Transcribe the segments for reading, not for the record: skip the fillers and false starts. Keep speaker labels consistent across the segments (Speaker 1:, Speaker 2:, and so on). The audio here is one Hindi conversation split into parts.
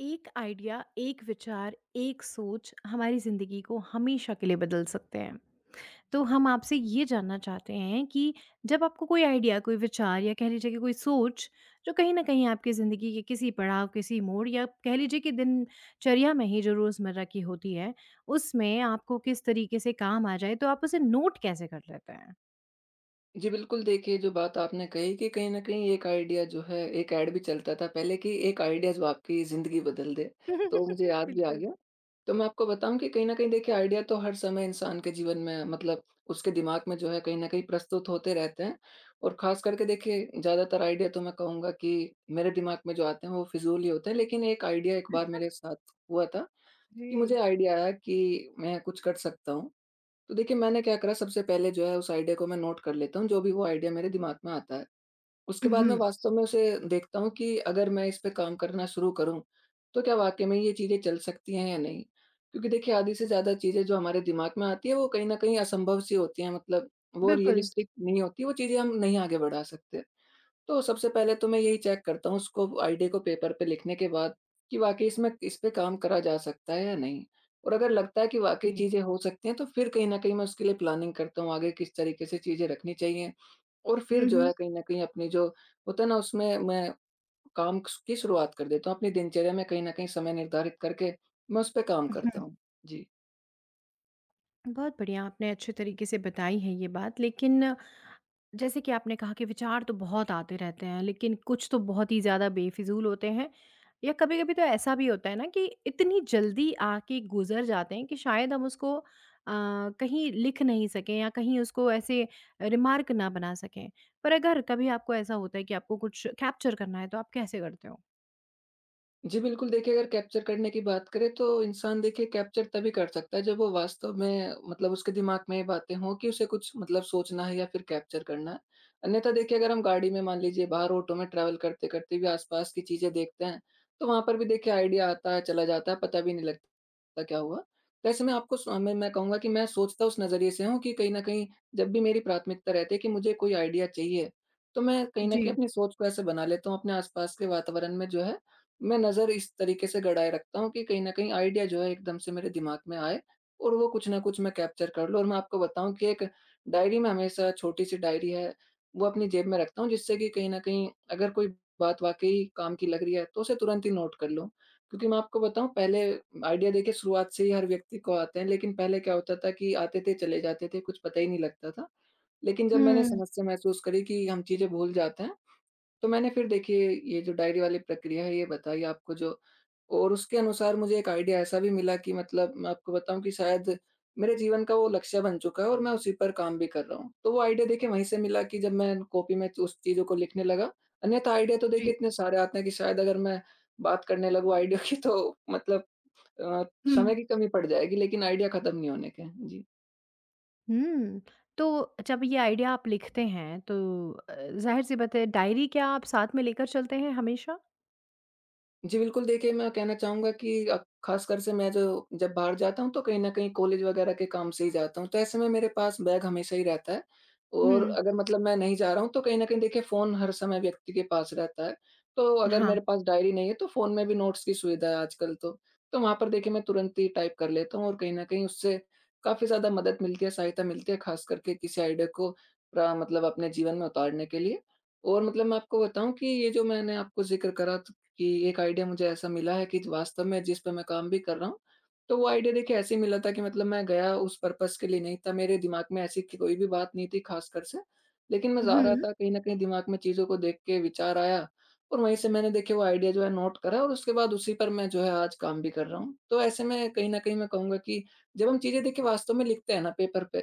Speaker 1: एक आइडिया, एक विचार, एक सोच हमारी ज़िंदगी को हमेशा के लिए बदल सकते हैं। तो हम आपसे ये जानना चाहते हैं कि जब आपको कोई आइडिया, कोई विचार या कह लीजिए कि कोई सोच जो कहीं न कहीं आपकी ज़िंदगी के किसी पड़ाव, किसी मोड़ या कह लीजिए कि दिनचर्या में ही जो रोज़मर्रा की होती है, उसमें आपको किस तरीके से काम आ जाए, तो आप उसे नोट कैसे कर लेते हैं?
Speaker 2: जी, बिल्कुल देखिए, जो बात आपने कही कि कहीं न कहीं एक आइडिया जो है, एक ऐड भी चलता था पहले कि एक आइडिया जो आपकी ज़िंदगी बदल दे, तो मुझे याद भी आ
Speaker 1: बिल्कुल।
Speaker 2: गया। तो मैं आपको बताऊँ कि कहीं न कहीं देखिए आइडिया तो हर समय इंसान के जीवन में, मतलब उसके दिमाग में जो है कहीं न कहीं प्रस्तुत होते रहते हैं। और ख़ास करके देखिए, ज़्यादातर आइडिया तो मैं कहूँगा कि मेरे दिमाग में जो आते हैं वो फिज़ूल ही होते हैं। लेकिन एक आइडिया एक बार मेरे
Speaker 1: अच्छा।
Speaker 2: साथ हुआ था
Speaker 1: जी।
Speaker 2: कि मुझे आइडिया आया कि मैं कुछ कर सकता हूँ। तो देखिए मैंने क्या करा, सबसे पहले जो है उस आइडिया को मैं नोट कर लेता हूँ, जो भी वो आइडिया मेरे दिमाग में आता है। उसके बाद
Speaker 1: हुँ,
Speaker 2: मैं वास्तव में उसे देखता हूँ कि अगर मैं इस पे काम करना शुरू करूँ, तो क्या वाक़ई में ये चीज़ें चल सकती हैं या नहीं? क्योंकि देखिए आधी से ज़्यादा चीज़ें जो हमारे दिमाग में आती हैं, वो कहीं न कहीं असंभव सी होती हैं, मतलब वो
Speaker 1: बिल्कुल।
Speaker 2: रियलिस्टिक नहीं होती, वो चीज़ें हम नहीं आगे बढ़ा सकते। तो सबसे पहले तो मैं यही चेक करता हूँ उसको, आइडिया को पेपर पे लिखने के बाद, कि वाक़ई इसमें इस पे काम करा जा सकता है या नहीं? और अगर लगता है कि वाक़ई
Speaker 1: जी।
Speaker 2: चीज़ें हो सकती हैं, तो फिर कहीं न कहीं मैं उसके लिए प्लानिंग करता हूँ, आगे किस तरीके से चीज़ें रखनी चाहिए। और फिर जो
Speaker 1: हुँ,
Speaker 2: है कहीं न कहीं अपनी जो होता है ना, उसमें मैं काम की शुरुआत कर देता हूँ। अपनी दिनचर्या में कहीं न कहीं समय निर्धारित करके मैं उस पे काम करता
Speaker 1: हुँ।
Speaker 2: हूँ। जी।
Speaker 1: बहुत बढ़िया, आपने अच्छे तरीके से बताई है ये बात। लेकिन जैसे कि आपने कहा कि विचार तो बहुत आते रहते हैं, लेकिन कुछ तो बहुत ही ज़्यादा बेफिज़ूल होते हैं या कभी-कभी तो ऐसा भी होता है ना कि इतनी जल्दी आके गुज़र जाते हैं कि शायद हम उसको कहीं लिख नहीं सकें या कहीं उसको ऐसे रिमार्क ना बना सकें। पर अगर कभी आपको ऐसा होता है कि आपको कुछ कैप्चर करना है, तो आप कैसे करते हो?
Speaker 2: जी, बिल्कुल देखिए, अगर कैप्चर करने की बात करें तो इंसान देखिए कैप्चर तभी कर सकता है जब वो वास्तव में, मतलब उसके दिमाग में ये बातें हों कि उसे कुछ, मतलब सोचना है या फिर कैप्चर करना है। अन्यथा देखिए, अगर हम गाड़ी में मान लीजिए, बाहर ऑटो में ट्रैवल करते-करते भी आस-पास की चीज़ें देखते हैं, तो वहाँ पर भी देखिए आइडिया आता है, चला जाता है, पता भी नहीं लगता क्या हुआ। तो ऐसे में आपको, सो मैं कहूँगा कि मैं सोचता उस नज़रिए से हूँ कि कहीं न कहीं जब भी मेरी प्राथमिकता रहती है कि मुझे कोई आइडिया चाहिए, तो मैं कहीं न कहीं
Speaker 1: जी।
Speaker 2: अपनी सोच को ऐसे बना लेता हूँ अपने आस-पास के वातावरण में जो है, मैं नज़र इस तरीके से गड़ाए रखता हूँ कि कहीं न कहीं आइडिया जो है एकदम से मेरे दिमाग में आए और वो कुछ न कुछ मैं कैप्चर कर लूँ। और मैं आपको बताऊँ कि एक डायरी, में हमेशा छोटी-सी डायरी है, वो अपनी जेब में रखता हूँ, जिससे कि कहीं न कहीं अगर कोई बात वाक़ई काम की लग रही है, तो उसे तुरंत ही नोट कर लूँ। क्योंकि मैं आपको बताऊँ, पहले आइडिया देखिए शुरुआत से ही हर व्यक्ति को आते हैं, लेकिन पहले क्या होता था कि आते थे, चले जाते थे, कुछ पता ही नहीं लगता था। लेकिन जब मैंने
Speaker 1: हुँ।
Speaker 2: समस्या महसूस करी कि हम चीज़ें भूल जाते हैं, तो मैंने फिर देखिए ये जो डायरी वाली प्रक्रिया है ये बताई आपको जो, और उसके अनुसार मुझे एक आइडिया ऐसा भी मिला कि, मतलब मैं आपको बताऊं कि शायद मेरे जीवन का वो लक्ष्य बन चुका है और मैं उसी पर काम भी कर रहा हूँ। तो वो आइडिया देखिए वहीं से मिला कि जब मैं कॉपी में उस चीजों को लिखने लगा। अन्यथा आइडिया तो
Speaker 1: जी।
Speaker 2: देखिए इतने सारे आते हैं कि शायद अगर मैं बात करने लगूं आइडिया की, तो मतलब अ,
Speaker 1: हुँ।
Speaker 2: समय की कमी पड़ जाएगी, लेकिन आइडिया खत्म नहीं होने के। जी।
Speaker 1: हुँ। तो जब ये आइडिया आप लिखते हैं तो ज़ाहिर-सी बात है डायरी क्या आप साथ में लेकर चलते हैं हमेशा?
Speaker 2: जी, बिल्कुल देखिए, मैं कहना चाहूँगा कि ख़ासकर से मैं जो जब बाहर जाता हूँ तो कहीं न कहीं कॉलेज वग़ैरह के काम से ही जाता हूँ, तो ऐसे में मेरे पास बैग हमेशा ही रहता है। और
Speaker 1: हुँ।
Speaker 2: अगर, मतलब मैं नहीं जा रहा हूँ तो कहीं न कहीं देखिए फ़ोन हर समय व्यक्ति के पास रहता है। तो अगर
Speaker 1: हाँ।
Speaker 2: मेरे पास डायरी नहीं है तो फ़ोन में भी नोट्स की सुविधा है आजकल तो। तो वहाँ पर देखिए मैं तुरंत ही टाइप कर लेता हूँ, और कहीं न कहीं उससे काफ़ी ज़्यादा मदद मिलती है, सहायता मिलती है, ख़ास करके किसी आइडिया को प्रा मतलब अपने जीवन में उतारने के लिए। और, मतलब मैं आपको बताऊँ कि ये जो मैंने आपको ज़िक्र करा कि एक आइडिया मुझे ऐसा मिला है कि वास्तव में जिस पे मैं काम भी कर रहा हूँ, तो वो आइडिया देखिए ऐसे ही मिला था कि, मतलब मैं गया उस पर्पज़ के लिए नहीं था, मेरे दिमाग में ऐसी क कोई भी बात नहीं थी ख़ासकर से। लेकिन मैं जा रहा
Speaker 1: हुँ।
Speaker 2: था, कहीं न कहीं दिमाग में चीज़ों को देख के विचार आया, और वहीं से मैंने देखिए वो आइडिया जो है नोट करा, और उसके बाद उसी पर मैं जो है आज काम भी कर रहा हूँ। तो ऐसे में कहीं न कहीं मैं कहूँगा कि जब हम चीज़ें देखिए वास्तव में लिखते हैं ना पेपर पे,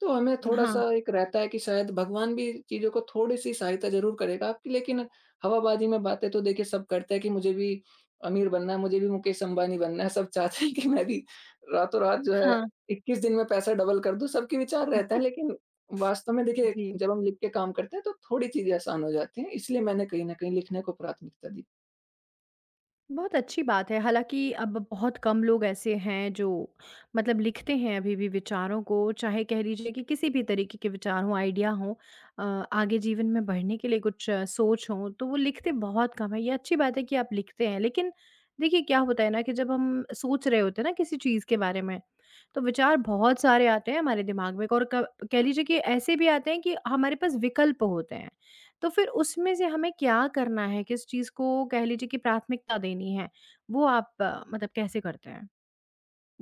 Speaker 2: तो हमें
Speaker 1: हाँ।
Speaker 2: थोड़ा-सा एक रहता है कि शायद भगवान भी चीज़ों को थोड़ी-सी सहायता ज़रूर करेगा आपकी, लेकिन हवाबाजी में बातें तो देखिए सब करते हैं कि मुझे भी अमीर बनना है, मुझे भी मुकेश अंबानी बनना है, सब चाहते हैं कि मैं भी रातों-रात जो है
Speaker 1: हाँ।
Speaker 2: 21 दिन में पैसा डबल कर दूँ, सबके विचार रहते हैं। लेकिन वास्तव में देखिए
Speaker 1: जी।
Speaker 2: जब हम लिख के काम करते हैं तो थोड़ी चीज़ें आसान हो जाती हैं, इसलिए मैंने कहीं न कहीं लिखने को प्राथमिकता दी।
Speaker 1: बहुत अच्छी बात है। हालाँकि अब बहुत कम लोग ऐसे हैं जो मतलब लिखते हैं अभी भी विचारों को, चाहे कह लीजिए कि किसी भी तरीके के विचार हों, आइडिया हों अ, आगे जीवन में बढ़ने के लिए कुछ सोच हो, तो वो लिखते बहुत कम हैं। ये अच्छी बात है कि आप लिखते हैं, लेकिन देखिए क्या होता है ना कि जब हम सोच रहे होते हैं ना किसी चीज़ के बारे में, तो विचार बहुत सारे आते हैं हमारे दिमाग में और क कह लीजिए कि ऐसे भी आते हैं कि हमारे पास विकल्प होते हैं। तो फिर उसमें से हमें क्या करना है? किस चीज़ को कह लीजिए कि प्राथमिकता देनी है? वो आप मतलब कैसे करते हैं?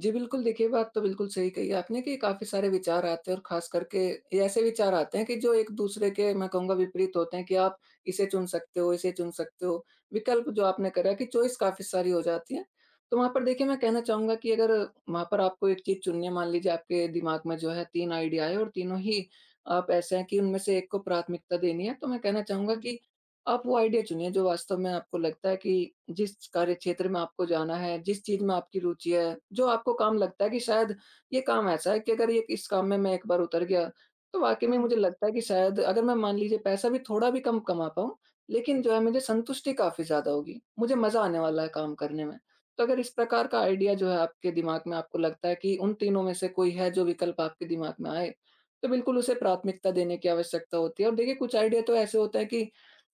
Speaker 2: जी, बिल्कुल देखिए, बात तो बिल्कुल सही कही आपने कि काफ़ी सारे विचार आते हैं, और ख़ास करके ये ऐसे विचार आते हैं कि जो एक-दूसरे के, मैं कहूँगा, विपरीत होते हैं कि आप इसे चुन सकते हो, इसे चुन सकते हो। विकल्प, जो आपने करा कि चॉइस, काफ़ी सारी हो जाती है। तो वहाँ पर देखिए मैं कहना चाहूँगा कि, अगर वहाँ पर आपको एक चीज़ चुननी है, मान लीजिए आपके दिमाग में जो है 3 आइडिया है और तीनों ही आप ऐसे हैं कि उनमें से एक को प्राथमिकता देनी है। तो मैं कहना चाहूँगा
Speaker 1: जी।
Speaker 2: कि आप वो आइडिया चुनिए जो वास्तव में आपको लगता है कि जिस कार्य क्षेत्र में आपको जाना है, जिस चीज़ में आपकी रुचि है, जो आपको काम लगता है कि शायद ये काम ऐसा है कि अगर ये इस काम में मैं एक बार उतर गया, तो वाक़ई में
Speaker 1: हुँ।
Speaker 2: मुझे लगता है कि शायद अगर मैं मान लीजिए पैसा भी थोड़ा भी कम कमा पाऊँ, लेकिन जो है मुझे संतुष्टि काफ़ी ज़्यादा होगी। मुझे मज़ा आने वाला है काम करने में। तो अगर इस प्रकार का आइडिया जो है आपके दिमाग में आपको लगता है कि उन तीनों में से कोई है जो विकल्प आपके दिमाग में आए, तो बिल्कुल उसे प्राथमिकता देने की आवश्यकता होती है। और देखिए कुछ आइडिया तो ऐसे होते हैं कि,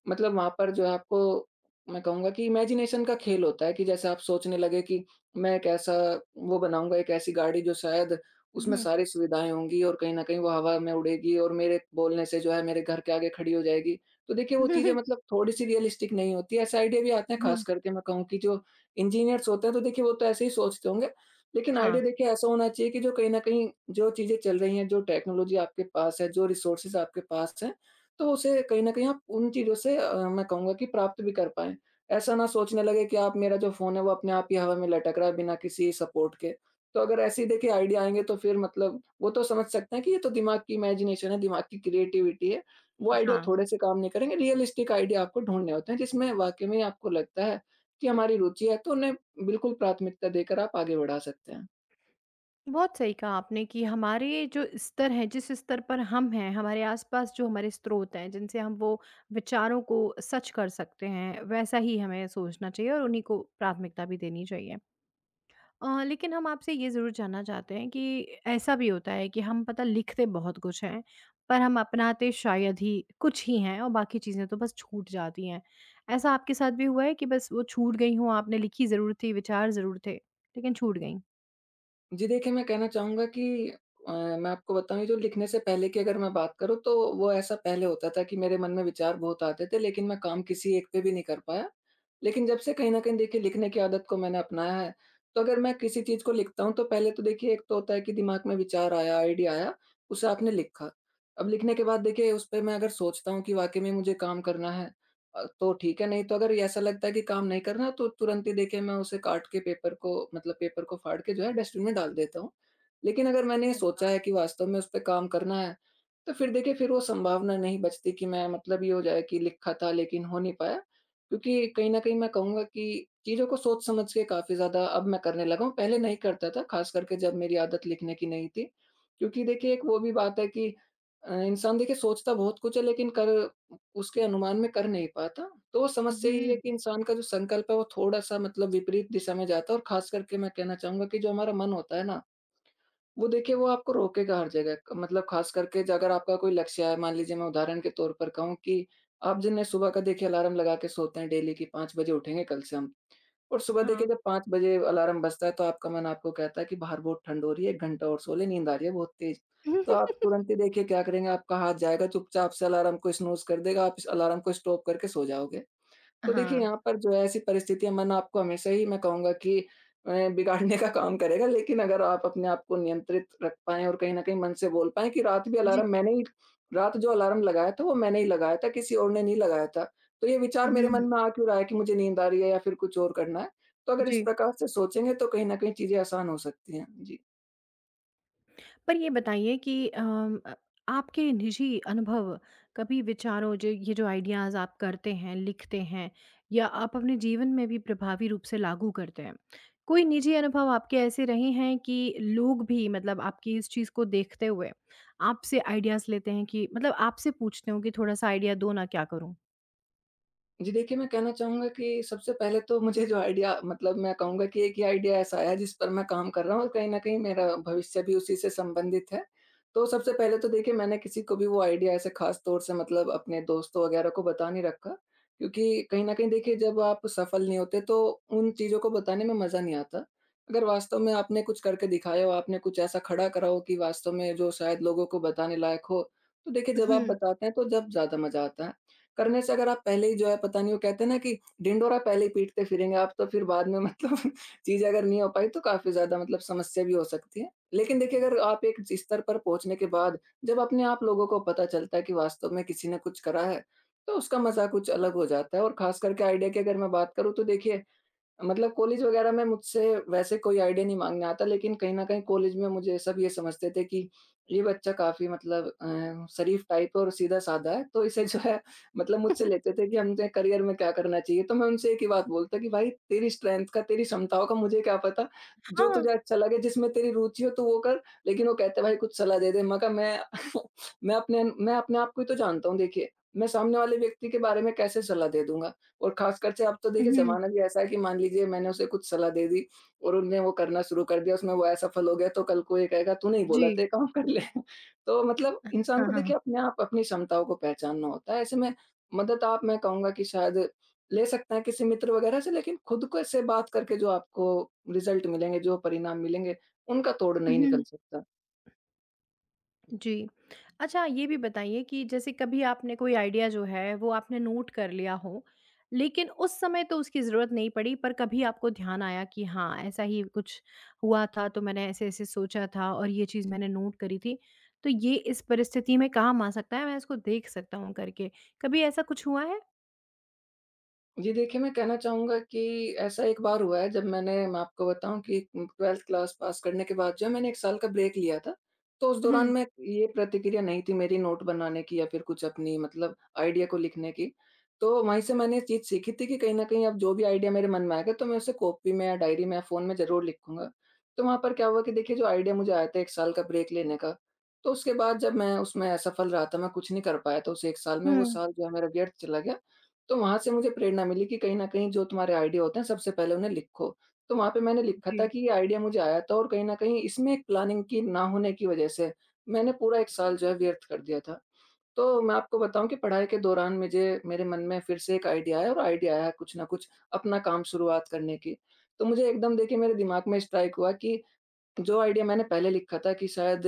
Speaker 2: मतलब वहाँ पर जो है आपको, मैं कहूँगा कि इमेजिनेशन का खेल होता है कि जैसे आप सोचने लगे कि मैं एक ऐसा वो बनाऊँगा, एक ऐसी गाड़ी जो शायद उसमें
Speaker 1: हुँ।
Speaker 2: सारी सुविधाएँ होंगी और कहीं न कहीं वो हवा में उड़ेगी और मेरे बोलने से जो है मेरे घर के आगे खड़ी हो जाएगी। तो देखिए वो चीज़ें,
Speaker 1: हुँ।
Speaker 2: मतलब थोड़ी-सी रियलिस्टिक नहीं होती है। ऐसे आइडिया भी आते हैं, ख़ास करके मैं कहूँ कि जो इंजीनियर्स होते हैं तो देखिए वो तो ऐसे ही सोचते होंगे। लेकिन
Speaker 1: हाँ,
Speaker 2: आइडिया देखिए ऐसा होना चाहिए कि जो कहीं न कहीं जो चीज़ें चल रही हैं, जो टेक्नोलॉजी आपके पास है, जो रिसोर्सेज़ आपके पास हैं, तो उसे कहीं न कहीं आप उन चीज़ों से, मैं कहूँगा कि प्राप्त भी कर पाएँ। ऐसा ना सोचने लगे कि आप, मेरा जो फ़ोन है वो अपने आप ही हवा में लटक रहा है बिना किसी सपोर्ट के। तो अगर ऐसे ही देखिए आइडिया आएँगे तो फिर, मतलब वो तो समझ सकते हैं कि ये तो दिमाग की इमेजिनेशन है, दिमाग की क्रिएटिविटी है। वो आइडिया
Speaker 1: हाँ।
Speaker 2: थोड़े से काम नहीं करेंगे, रियलिस्टिक आइडिया आपको ढूँढने होते हैं जिसमें वाक़ई में आपको लगता है कि हमारी रुचि है, तो उन्हें बिल्कुल प्राथमिकता देकर आप आगे बढ़ा सकते हैं।
Speaker 1: बहुत सही कहा आपने कि हमारे जो स्तर हैं, जिस स्तर पर हम हैं, हमारे आस-पास जो हमारे स्रोत हैं, जिनसे हम वो विचारों को सच कर सकते हैं, वैसा ही हमें सोचना चाहिए और उन्हीं को प्राथमिकता भी देनी चाहिए। लेकिन हम आपसे ये ज़रूर जानना चाहते हैं कि ऐसा भी होता है कि हम पता लिखते बहुत कुछ हैं, पर हम अपनाते शायद ही कुछ ही हैं और बाकी चीज़ें तो बस छूट जाती हैं। ऐसा आपके साथ भी हुआ है कि बस वो छूट गई हों, आपने लिखी ज़रूर थी, विचार ज़रूर थे, लेकिन छूट गईं?
Speaker 2: जी देखिए, मैं कहना चाहूँगा कि मैं आपको बताऊँ, ये जो लिखने से पहले की अगर मैं बात करूँ, तो वो ऐसा पहले होता था कि मेरे मन में विचार बहुत आते थे लेकिन मैं काम किसी एक पे भी नहीं कर पाया। लेकिन जब से कहीं न कहीं देखिए लिखने की आदत को मैंने अपनाया है, तो अगर मैं किसी चीज़ को लिखता हूँ तो पहले तो देखिए एक तो होता है कि दिमाग में विचार आया, आइडिया आया, उसे आपने लिखा। अब लिखने के बाद देखिए उस पे मैं अगर सोचता हूँ कि वाक़ई में मुझे काम करना है, तो ठीक है, नहीं तो अगर ऐसा लगता है कि काम नहीं कर रहा, तो तुरंत ही देखिए मैं उसे काट के पेपर को, मतलब पेपर को फाड़ के जो है डस्टबिन में डाल देता हूँ। लेकिन अगर मैंने ये
Speaker 1: अरे
Speaker 2: सोचा
Speaker 1: वाह!
Speaker 2: है कि वास्तव में उसपे काम करना है, तो फिर देखिए फिर वो संभावना नहीं बचती कि मैं मतलब ये हो जाए कि लिखा था लेकिन हो नहीं पाया। क्योंकि कहीं न कहीं मैं कहूँगा कि चीज़ों को सोच समझ के काफ़ी ज़्यादा अब मैं करने लगा हूँ, पहले नहीं करता था, ख़ास करके जब मेरी आदत लिखने की नहीं थी। क्योंकि देखिए एक वो भी बात है कि इंसान देखिए सोचता बहुत कुछ है, लेकिन कर उसके अनुमान में कर नहीं पाता। तो समस्या ये है
Speaker 1: हुँ।
Speaker 2: कि इंसान का जो संकल्प है वो थोड़ा-सा मतलब विपरीत दिशा में जाता है, और ख़ास करके मैं कहना चाहूँगा कि जो हमारा मन होता है ना, वो देखिए वो आपको रोकेगा हर जगह। मतलब ख़ास करके ज अगर आपका कोई लक्ष्य है, मान लीजिए मैं उदाहरण के तौर पर कहूँ कि आप जिन्हें सुबह का देखिए अलार्म लगा के सोते हैं डेली कि 5 बजे उठेंगे कल से हम। और सुबह देखिए
Speaker 1: हाँ।
Speaker 2: जब 5 बजे अलार्म बजता है, तो आपका मन आपको कहता है कि बाहर बहुत ठंड हो रही है, 1 घंटा और सो लें, नींद आ रही है बहुत तेज। तो आप तुरंत ही देखिए क्या करेंगे, आपका हाथ जाएगा चुपचाप से अलार्म को स्नूज़ कर देगा, आप इस अलार्म को स्टॉप करके सो जाओगे। तो देखिए
Speaker 1: हाँ।
Speaker 2: यहाँ पर जो है ऐसी परिस्थितियाँ मन आपको हमेशा ही मैं कहूँगा कि बिगाड़ने का काम करेगा, लेकिन अगर आप अपने आप को नियंत्रित रख पाएँ और कहीं न कहीं मन से बोल पाएँ कि
Speaker 1: जी।
Speaker 2: रात जो अलार्म लगाया था वो मैंने ही लगाया था, किसी और ने नहीं लगाया था। तो ये विचार
Speaker 1: हुँ,
Speaker 2: मेरे
Speaker 1: हुँ।
Speaker 2: मन में आ क्यों रहा है कि मुझे नींद आ रही है या फिर कुछ और करना है। तो अगर इस
Speaker 1: जी।
Speaker 2: प्रकार से सोचेंगे तो कहीं न कहीं चीज़ें आसान हो सकती हैं। जी।
Speaker 1: पर ये बताइए कि आपके निजी अनुभव कभी विचारों जो ये जो आइडियाज़ आप करते हैं, लिखते हैं या आप अपने जीवन में भी प्रभावी रूप से लागू करते हैं। कोई निजी अनुभव आपके ऐसे रहे हैं कि लोग भी मतलब आपकी इस चीज़ को देखते हुए आपसे आइडियाज़ लेते हैं कि मतलब आपसे पूछते हो कि थोड़ा-सा आइडिया दो ना क्या करूँ?
Speaker 2: जी, देखिए मैं कहना चाहूँगा कि सबसे पहले तो मुझे जो आइडिया मतलब मैं कहूँगा कि एक ही आइडिया ऐसा आया जिस पर मैं काम कर रहा हूँ, और कहीं न कहीं मेरा भविष्य भी उसी से संबंधित है। तो सबसे पहले तो देखिए मैंने किसी को भी वो आइडिया ऐसे ख़ास तौर से मतलब अपने दोस्तों वग़ैरह को बता नहीं रखा, क्योंकि कहीं न कहीं देखिए जब आप सफल नहीं होते तो उन चीज़ों को बताने में मज़ा नहीं आता। अगर वास्तव में आपने कुछ करके दिखाया हो, आपने कुछ ऐसा खड़ा करा हो कि वास्तव में जो शायद लोगों को बताने लायक हो, तो देखिए जब आप
Speaker 1: हुँ।
Speaker 2: बताते हैं तो जब ज़्यादा मज़ा आता है। करने से अगर आप पहले ही जो है पता नहीं, वो कहते हैं ना कि ढिंढोरा पहले ही पीटते फिरेंगे आप, तो फिर बाद में मतलब चीज़ अगर नहीं हो पाई तो काफ़ी ज़्यादा मतलब समस्या भी हो सकती है। लेकिन देखिए अगर आप एक स्तर पर पहुँचने के बाद जब अपने आप लोगों को पता चलता है कि वास्तव में किसी ने कुछ करा है, तो उसका मज़ा कुछ अलग हो जाता है, और ख़ास करके आइडिया की अगर मैं बात करूँ तो देखिए मतलब कॉलेज वगैरह में मुझसे वैसे कोई आइडिया नहीं माँगने आता, लेकिन कहीं न कहीं कॉलेज में मुझे सब ये समझते थे कि ये बच्चा काफ़ी मतलब शरीफ टाइप और सीधा-साधा है, तो इसे जो है मतलब मुझसे लेते थे कि हमने करियर में क्या करना चाहिए। तो मैं उनसे एक ही बात बोलता कि भाई तेरी स्ट्रेंथ का, तेरी क्षमताओं का मुझे क्या पता? जो तुझे
Speaker 1: हाँ।
Speaker 2: अच्छा लगे, जिसमें तेरी रुचि हो तू वो कर। लेकिन वो कहते भाई कुछ सलाह दे दे। मैं कहा मैं मैं अपने आप को ही तो जानता हूँ देखिए, मैं सामने वाले व्यक्ति के बारे में कैसे सलाह दे दूँगा? और ख़ासकर से अब तो देखिए
Speaker 1: हुँ।
Speaker 2: ज़माना भी ऐसा है कि मान लीजिए मैंने उसे कुछ सलाह दे दी और उनने वो करना शुरू कर दिया, उसमें वो असफल हो गया तो कल को ये कहेगा तूने ही
Speaker 1: जी।
Speaker 2: बोला था ये काम कर ले। तो मतलब इंसान
Speaker 1: हाँ,
Speaker 2: को
Speaker 1: हाँ,
Speaker 2: देखिए अपने आप अपनी क्षमताओं को पहचानना होता है। ऐसे में मदद आप मैं कहूँगा कि शायद ले सकते हैं किसी मित्र वग़ैरह से, लेकिन खुद को से बात करके जो आपको रिज़ल्ट मिलेंगे, जो परिणाम मिलेंगे, उनका तोड़ नहीं निकल
Speaker 1: हाँ।
Speaker 2: सकता।
Speaker 1: जी। अच्छा ये भी बताइए कि जैसे कभी आपने कोई आइडिया जो है वो आपने नोट कर लिया हो, लेकिन उस समय तो उसकी ज़रूरत नहीं पड़ी पर कभी आपको ध्यान आया कि हाँ, ऐसा ही कुछ हुआ था तो मैंने ऐसे-ऐसे सोचा था और ये चीज़ मैंने नोट करी थी, तो ये इस परिस्थिति में काम आ सकता है, मैं इसको देख सकता हूँ करके। कभी ऐसा कुछ हुआ है?
Speaker 2: जी देखिए, मैं कहना चाहूँगा कि ऐसा एक बार हुआ है जब मैंने मैं आपको बताऊँ कि 12th क्लास पास करने के बाद जो है मैंने 1 साल का ब्रेक लिया था। तो उस दौरान
Speaker 1: हुँ।
Speaker 2: मैं ये प्रतिक्रिया नहीं थी मेरी नोट बनाने की या फिर कुछ अपनी मतलब आइडिया को लिखने की। तो वहीं से मैंने ये चीज़ सीखी थी कि कहीं न कहीं अब जो भी आइडिया मेरे मन में आएगा तो मैं उसे कॉपी में या डायरी में या फ़ोन में ज़रूर लिखूँगा। तो वहाँ पर क्या हुआ कि देखिए जो आइडिया मुझे आया था 1 साल का ब्रेक लेने का, तो उसके बाद जब मैं उसमें असफल रहा था, मैं कुछ नहीं कर पाया था उस 1 साल में, वो
Speaker 1: हुँ।
Speaker 2: साल जो है मेरा व्यर्थ चला गया। तो वहाँ से मुझे प्रेरणा मिली कि कहीं न कहीं जो तुम्हारे आइडिया होते हैं सबसे पहले उन्हें लिखो। तो वहाँ पे मैंने लिखा था
Speaker 1: जी।
Speaker 2: कि ये आइडिया मुझे आया था, और कहीं न कहीं इसमें एक प्लानिंग की ना होने की वज़ह से मैंने पूरा 1 साल जो है व्यर्थ कर दिया था। तो मैं आपको बताऊँ कि पढ़ाई के दौरान मुझे मेरे मन में फिर से एक आइडिया आया, और आइडिया आया कुछ न कुछ अपना काम शुरुआत करने की। तो मुझे एकदम देखिए मेरे दिमाग में स्ट्राइक हुआ कि जो आइडिया मैंने पहले लिखा था कि शायद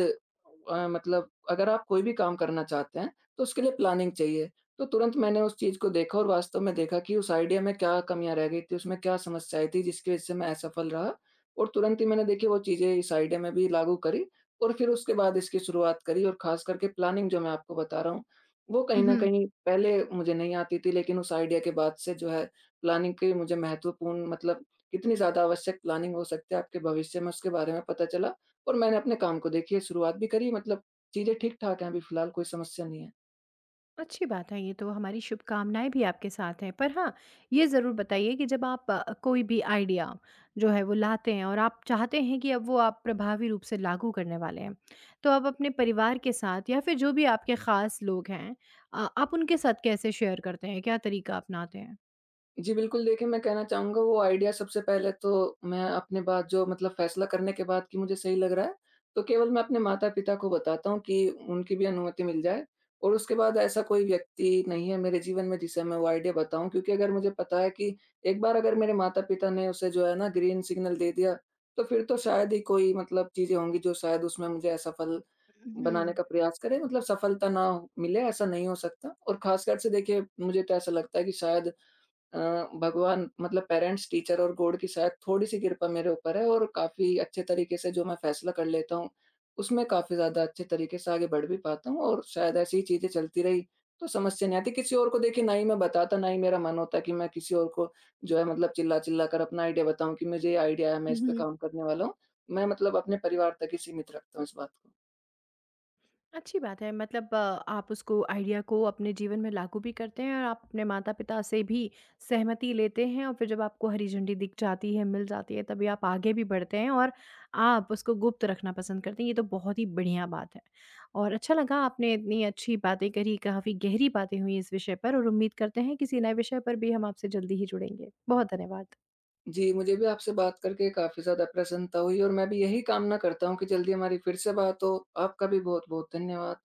Speaker 2: मतलब अगर आप कोई भी काम करना चाहते हैं, तो उसके लिए प्लानिंग चाहिए। तो तुरंत मैंने उस चीज़ को देखा और वास्तव में देखा कि उस आइडिया में क्या कमियाँ रह गई थी, उसमें क्या समस्याएँ थी जिसकी वजह से मैं असफल रहा, और तुरंत ही मैंने देखिए वो चीज़ें इस आइडिया में भी लागू करी, और फिर उसके बाद इसकी शुरुआत करी, और ख़ास करके प्लानिंग जो मैं आपको बता रहा हूँ, वो कहीं न
Speaker 1: हम्म।
Speaker 2: कहीं पहले मुझे नहीं आती थी, लेकिन उस आइडिया के बाद से जो है प्लानिंग की मुझे महत्वपूर्ण मतलब कितनी ज़्यादा आवश्यक प्लानिंग हो सकती है आपके भविष्य में उसके बारे में पता चला, और मैंने अपने काम को देखिए शुरुआत भी करी मतलब चीज़ें ठीक-ठाक हैं, अभी फ़िलहाल कोई समस्या नहीं है।
Speaker 1: अच्छी बात है, ये तो हमारी शुभकामनाएँ भी आपके साथ हैं। पर हाँ, ये ज़रूर बताइए कि जब आप कोई भी आइडिया जो है वो लाते हैं और आप चाहते हैं कि अब वो आप प्रभावी रूप से लागू करने वाले हैं। तो आप अपने परिवार के साथ या फिर जो भी आपके ख़ास लोग हैं आप उनके साथ कैसे शेयर करते हैं? क्या तरीका अपनाते हैं?
Speaker 2: जी, बिल्कुल देखिए, मैं कहना चाहूँगा वो आइडिया सबसे पहले तो मैं अपने बाद जो मतलब फैसला करने के बाद कि मुझे सही लग रहा है, तो केवल मैं अपने माता-पिता को बताता हूँ कि उनकी भी अनुमति मिल जाए, और उसके बाद ऐसा कोई व्यक्ति नहीं है मेरे जीवन में जिसे मैं वो आइडिया बताऊँ, क्योंकि अगर मुझे पता है कि एक बार अगर मेरे माता-पिता ने उसे जो है ना ग्रीन सिग्नल दे दिया, तो फिर तो शायद ही कोई मतलब चीज़ें होंगी जो शायद उसमें मुझे असफल बनाने का प्रयास करें, मतलब सफलता ना मिले ऐसा नहीं हो सकता, और ख़ासकर से देखिए मुझे तो ऐसा लगता है कि शायद अ, भगवान मतलब पेरेंट्स, टीचर और गॉड की शायद थोड़ी-सी कृपा मेरे ऊपर है, और काफ़ी अच्छे तरीके से जो मैं फ़ैसला कर लेता हूँ, उसमें काफ़ी ज़्यादा अच्छे तरीके से आगे बढ़ भी पाता हूँ, और शायद ऐसी ही चीज़ें चलती रही तो समस्या नहीं आती। किसी और को देखिए ना ही मैं बताता, ना ही मेरा मन होता कि मैं किसी और को जो है मतलब चिल्ला-चिल्ला कर अपना आइडिया बताऊँ कि मुझे ये आइडिया है, मैं इस पे
Speaker 1: हुँ।
Speaker 2: काम करने वाला हूँ। मैं मतलब अपने परिवार तक ही सीमित रखता हूँ इस बात को।
Speaker 1: अच्छी बात है मतलब आप उसको आइडिया को अपने जीवन में लागू भी करते हैं और आप अपने माता पिता से भी सहमति लेते हैं और फिर जब आपको हरी झंडी दिख जाती है मिल जाती है तभी आप आगे भी बढ़ते हैं और आप उसको गुप्त रखना पसंद करते हैं ये तो बहुत ही बढ़िया बात है और अच्छा लगा आपने इतनी अच्छी बातें करी काफ़ी गहरी बातें हुई इस विषय पर और उम्मीद करते हैं किसी नए विषय पर भी हम आपसे जल्दी ही जुड़ेंगे, बहुत धन्यवाद।
Speaker 2: जी, मुझे भी आपसे बात करके काफ़ी ज़्यादा प्रसन्नता हुई, और मैं भी यही कामना करता हूँ कि जल्दी हमारी फिर से बात हो। आपका भी बहुत-बहुत धन्यवाद।